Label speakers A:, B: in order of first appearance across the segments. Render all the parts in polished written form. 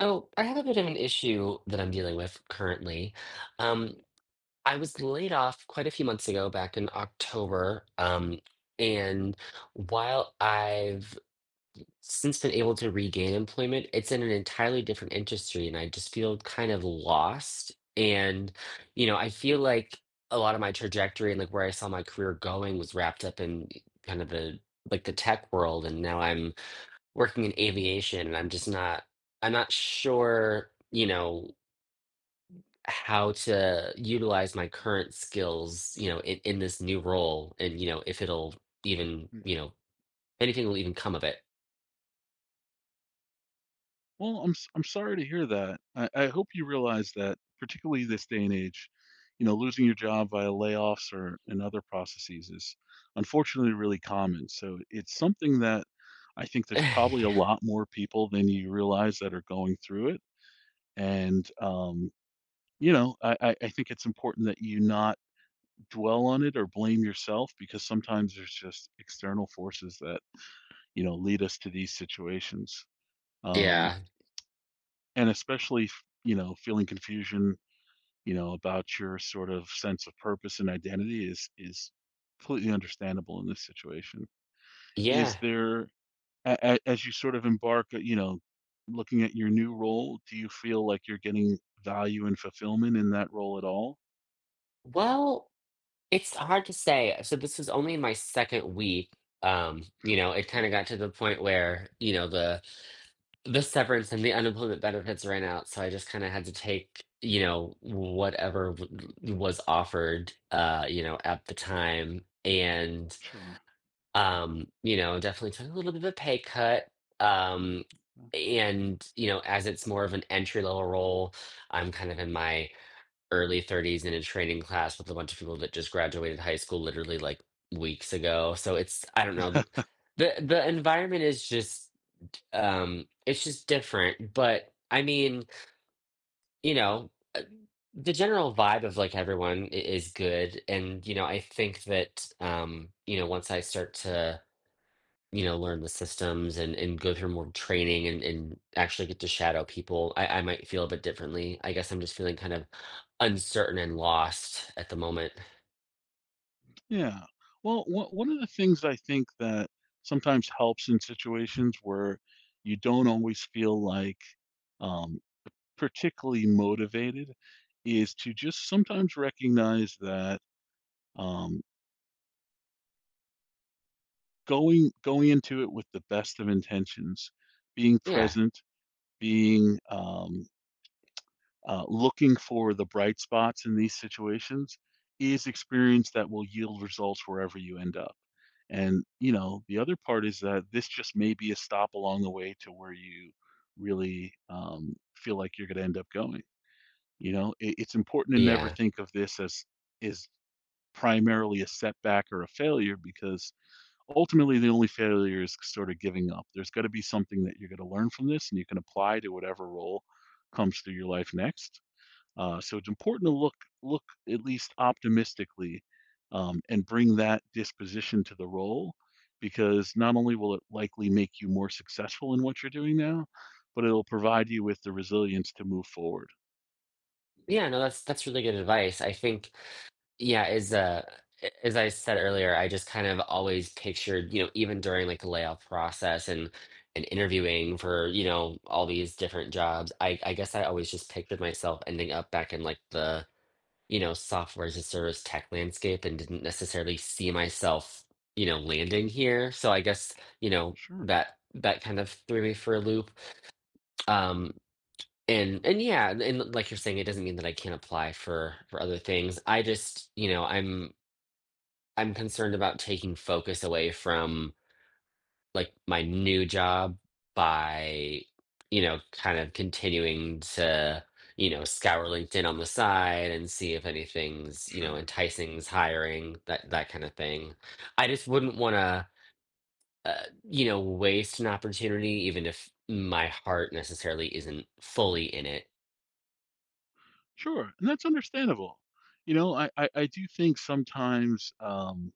A: Oh, I have a bit of an issue that I'm dealing with currently. Um, I was laid off quite a few months ago, back in October. And while I've since been able to regain employment, it's in an entirely different industry, and I just feel kind of lost. And, you know, I feel like a lot of my trajectory and like where I saw my career going was wrapped up in kind of the like the tech world, and now I'm working in aviation and I'm not sure, you know, how to utilize my current skills, you know, in this new role and you know, if it'll even,
B: Yeah.
A: you know, anything will even come of it.
B: Well, I'm sorry to hear that. I hope you realize that, particularly this day and age, you know, losing your job via layoffs or and other processes is unfortunately really common. So it's something that I think there's probably a lot more people than you realize that are going through it. And, um, you know, I think it's important that you not dwell on it or blame yourself because sometimes there's just external forces that, you know, lead us to these situations. Um,
A: Yeah.
B: and especially you know, feeling confusion, you know, about your sort of sense of purpose and identity is completely understandable in this situation. Is
A: Yeah.
B: there, as you sort of embark, you know, looking at your new role, do you feel like you're getting value and fulfillment in that role at all?
A: Well, it's hard to say. So this is only my second week. You know, it
B: Okay,
A: kind of got to the point where, you know, the severance and the unemployment benefits ran out, so I just kinda had to take, you know, whatever w was offered, you know, at the time, and,
B: sure.
A: you know, definitely took a little bit of a pay cut, um, and, you know, as it's more of an entry-level role, I'm kind of in my early 30s in a training class with a bunch of people that just graduated high school literally, like, weeks ago, so it's. I don't know, the the the environment is just it's just different. But I mean, you know, the general vibe of like everyone is good. And, you know, I think that, you know, once I start to, you know, learn the systems and go through more training and actually get to shadow people, I might feel a bit differently. I guess I'm just feeling kind of uncertain and lost at the moment.
B: yeah. Well, one of the things I think that sometimes helps in situations where you don't always feel like, um, particularly motivated, is to just sometimes recognize that, um, going into it with the best of intentions, being
A: Yeah.
B: present, being, looking for the bright spots in these situations is experience that will yield results wherever you end up. And you know, the other part is that this just may be a stop along the way to where you really, feel like you're going to end up going. You know, it's important to never
A: Yeah.
B: think of this as is primarily a setback or a failure, because ultimately the only failure is sort of giving up. There's got to be something that you're going to learn from this and you can apply to whatever role comes through your life next. So it's important to look at least optimistically, and bring that disposition to the role, because not only will it likely make you more successful in what you're doing now, but it'll provide you with the resilience to move forward.
A: Yeah, no, that's really good advice. I think. Yeah, as as I said earlier, I just kind of always pictured, you know, even during like the layoff process and interviewing for, you know, all these different jobs, I guess I always just pictured myself ending up back in like the, you know, software as a service tech landscape and didn't necessarily see myself, you know, landing here. So I guess, you know,
B: Sure,
A: that that kind of threw me for a loop. Um, and yeah, and like you're saying, it doesn't mean that I can't apply for other things. I just, you know, I'm concerned about taking focus away from like my new job by, you know, kind of continuing to, you know, scour LinkedIn on the side and see if anything's, you know,
B: sure.
A: enticing's hiring, that that kind of thing. I just wouldn't want to, you know, waste an opportunity, even if my heart necessarily isn't fully in it.
B: Sure, and that's understandable. You know, I do think sometimes,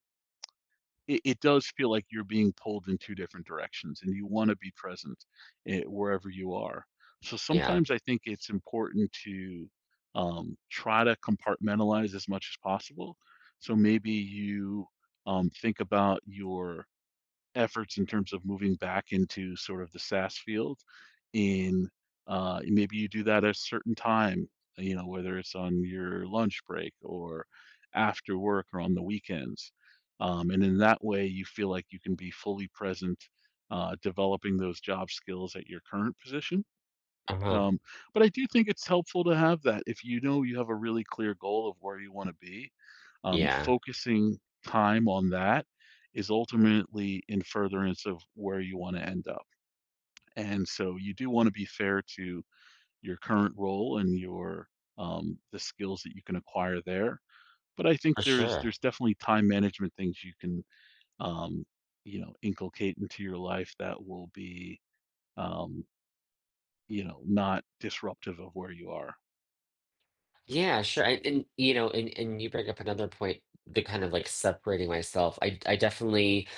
B: it it does feel like you're being pulled in 2 different directions, and you wanna be present, wherever you are. So,
A: Yeah.
B: sometimes I think it's important to, try to compartmentalize as much as possible. So, maybe you, think about your efforts in terms of moving back into sort of the SaaS field in, maybe you do that at a certain time, you know, whether it's on your lunch break or after work or on the weekends. And in that way, you feel like you can be fully present, developing those job skills at your current position.
A: Uh-huh.
B: um, but I do think it's helpful to have that. If you know you have a really clear goal of where you want to be,
A: Yeah,
B: focusing time on that is ultimately in furtherance of where you want to end up. And so you do want to be fair to your current role and your, the skills that you can acquire there. But I think
A: for
B: there's
A: sure.
B: there's definitely time management things you can, um, you know, inculcate into your life that will be, um, you know, not disruptive of where you are.
A: Yeah, sure. And you know, and you bring up another point, the kind of like separating myself. I definitely,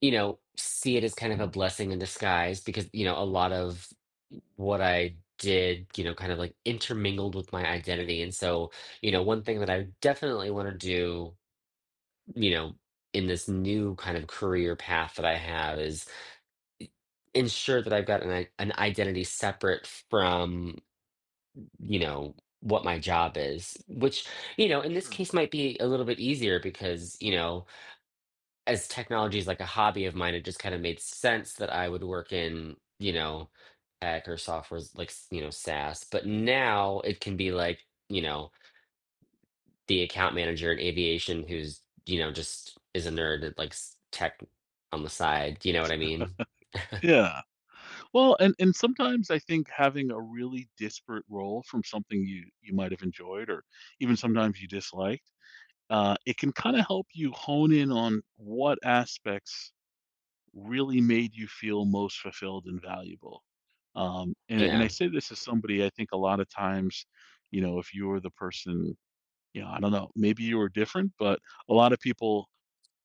A: you know, see it as kind of a blessing in disguise because, you know, a lot of what I did, you know, kind of like intermingled with my identity. And so, you know, one thing that I definitely want to do, you know, in this new kind of career path that I have is ensure that I've got an identity separate from you know what my job is, which you know in this
B: Sure.
A: case might be a little bit easier because you know as technology is like a hobby of mine it just kind of made sense that I would work in you know tech or software's like you know SaaS but now it can be like you know the account manager in aviation who's you know just is a nerd at like tech on the side, you know what I mean?
B: Yeah. Well, and sometimes I think having a really disparate role from something you you might have enjoyed or even sometimes you disliked, it can kind of help you hone in on what aspects really made you feel most fulfilled and valuable. And I
A: Yeah,
B: say this as somebody I think a lot of times, you know, if you were the person, you know, I don't know, maybe you were different, but a lot of people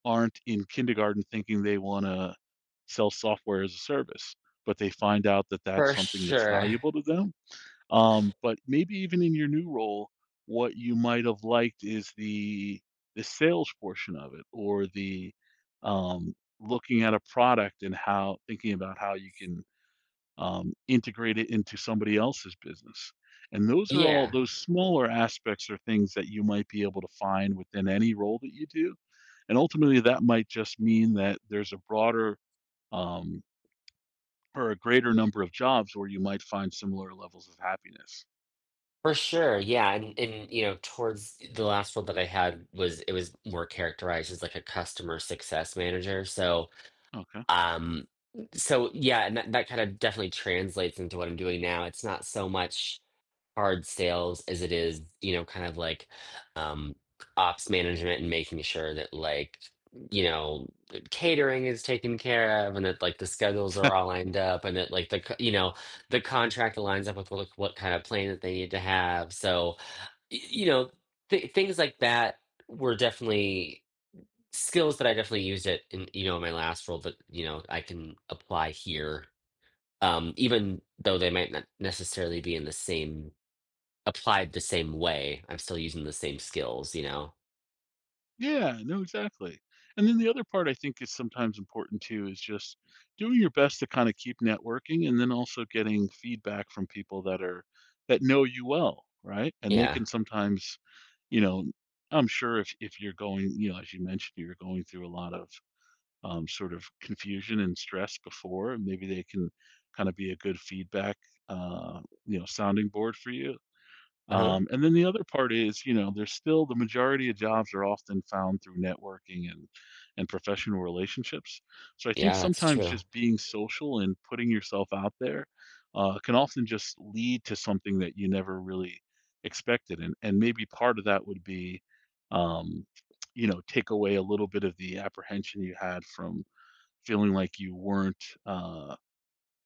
B: aren't in kindergarten thinking they want to sell software as a service, but they find out that that's
A: for
B: something that's
A: sure.
B: valuable to them. But maybe even in your new role, what you might have liked is the sales portion of it, or the, um, looking at a product and how thinking about how you can, integrate it into somebody else's business. And those are all
A: Yeah.
B: those smaller aspects are things that you might be able to find within any role that you do. And ultimately, that might just mean that there's a broader, um, or a greater number of jobs where you might find similar levels of happiness.
A: For sure, yeah, and you know, towards the last role that I had was it was more characterized as like a customer success manager. So,
B: Okay.
A: um, so yeah, and that, that kind of definitely translates into what I'm doing now. It's not so much hard sales as it is, you know, kind of like um, ops management and making sure that like, you know, catering is taken care of and that like the schedules are all lined up and that like the, you know, the contract aligns up with what kind of plan that they need to have. So, you know, th things like that were definitely skills that I definitely used it in, you know, in my last role, but you know, I can apply here. Even though they might not necessarily be in the same applied the same way. I'm still using the same skills, you know?
B: Yeah, no, exactly. And then the other part I think is sometimes important too is just doing your best to kind of keep networking and then also getting feedback from people that are that know you well, right? And they
A: Yeah.
B: can sometimes, you know, I'm sure if you're going, you know, as you mentioned, you're going through a lot of, sort of confusion and stress before, maybe they can kind of be a good feedback, uh, you know, sounding board for you.
A: Uh-huh.
B: And then the other part is, you know, there's still the majority of jobs are often found through networking and professional relationships. So I think
A: Yeah, that's
B: sometimes
A: true.
B: just being social and putting yourself out there, can often just lead to something that you never really expected. And maybe part of that would be, um, you know, take away a little bit of the apprehension you had from feeling like you weren't.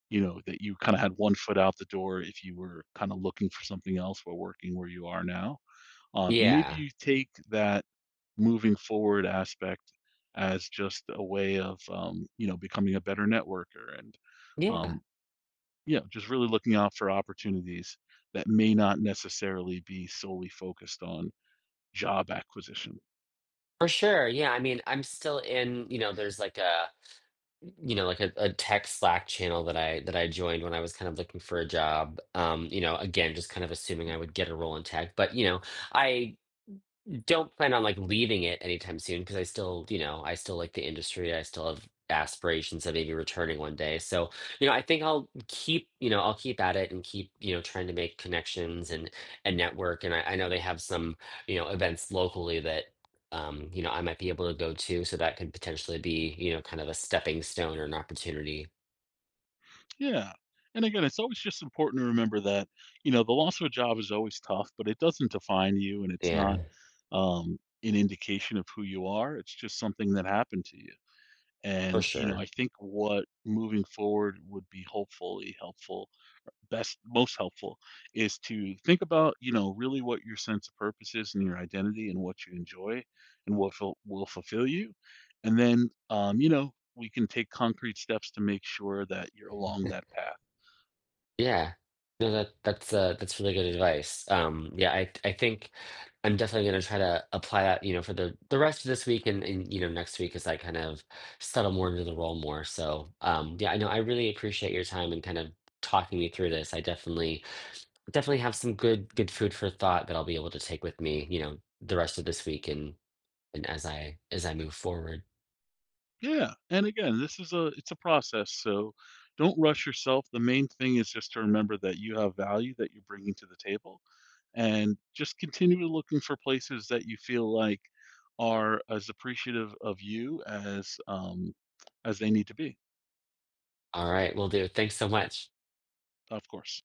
B: You know, that you kinda had one foot out the door if you were kinda looking for something else while working where you are now. Maybe
A: Yeah.
B: you take that moving forward aspect as just a way of, you know, becoming a better networker, and,
A: Yeah.
B: um, yeah, just really looking out for opportunities that may not necessarily be solely focused on job acquisition.
A: For sure. Yeah. I mean, I'm still in, you know, there's like a, you know, like a tech Slack channel that I joined when I was kind of looking for a job. You know, again, just kind of assuming I would get a role in tech. But, you know, I don't plan on like leaving it anytime soon because I still, you know, I still like the industry. I still have aspirations of maybe returning one day. So, you know, I think I'll keep, you know, I'll keep at it and keep, you know, trying to make connections and network. And I know they have some, you know, events locally that you know, I might be able to go to. So that could potentially be, you know, kind of a stepping stone or an opportunity.
B: Yeah. And again, it's always just important to remember that, you know, the loss of a job is always tough, but it doesn't define you and it's not,
A: Yeah,
B: um, an indication of who you are. It's just something that happened to you.
A: for
B: And, you know, I
A: sure.
B: think what moving forward would be hopefully helpful, best, most helpful, is to think about, you know, really what your sense of purpose is and your identity and what you enjoy and what will fulfill you. And then, you know, we can take concrete steps to make sure that you're along that path.
A: Yeah. No, that's really good advice. Yeah, I think I'm definitely gonna try to apply that, you know, for the rest of this week and you know next week as I kind of settle more into the role more. So yeah, I know I really appreciate your time and kind of talking me through this. I definitely definitely have some good good food for thought that I'll be able to take with me, you know, the rest of this week and as I move forward.
B: Yeah, and again, this is a it's a process, so don't rush yourself. The main thing is just to remember that you have value that you're bringing to the table, and just continue looking for places that you feel like are as appreciative of you as, as they need to be,
A: All right, will do. Thanks so much.
B: of course.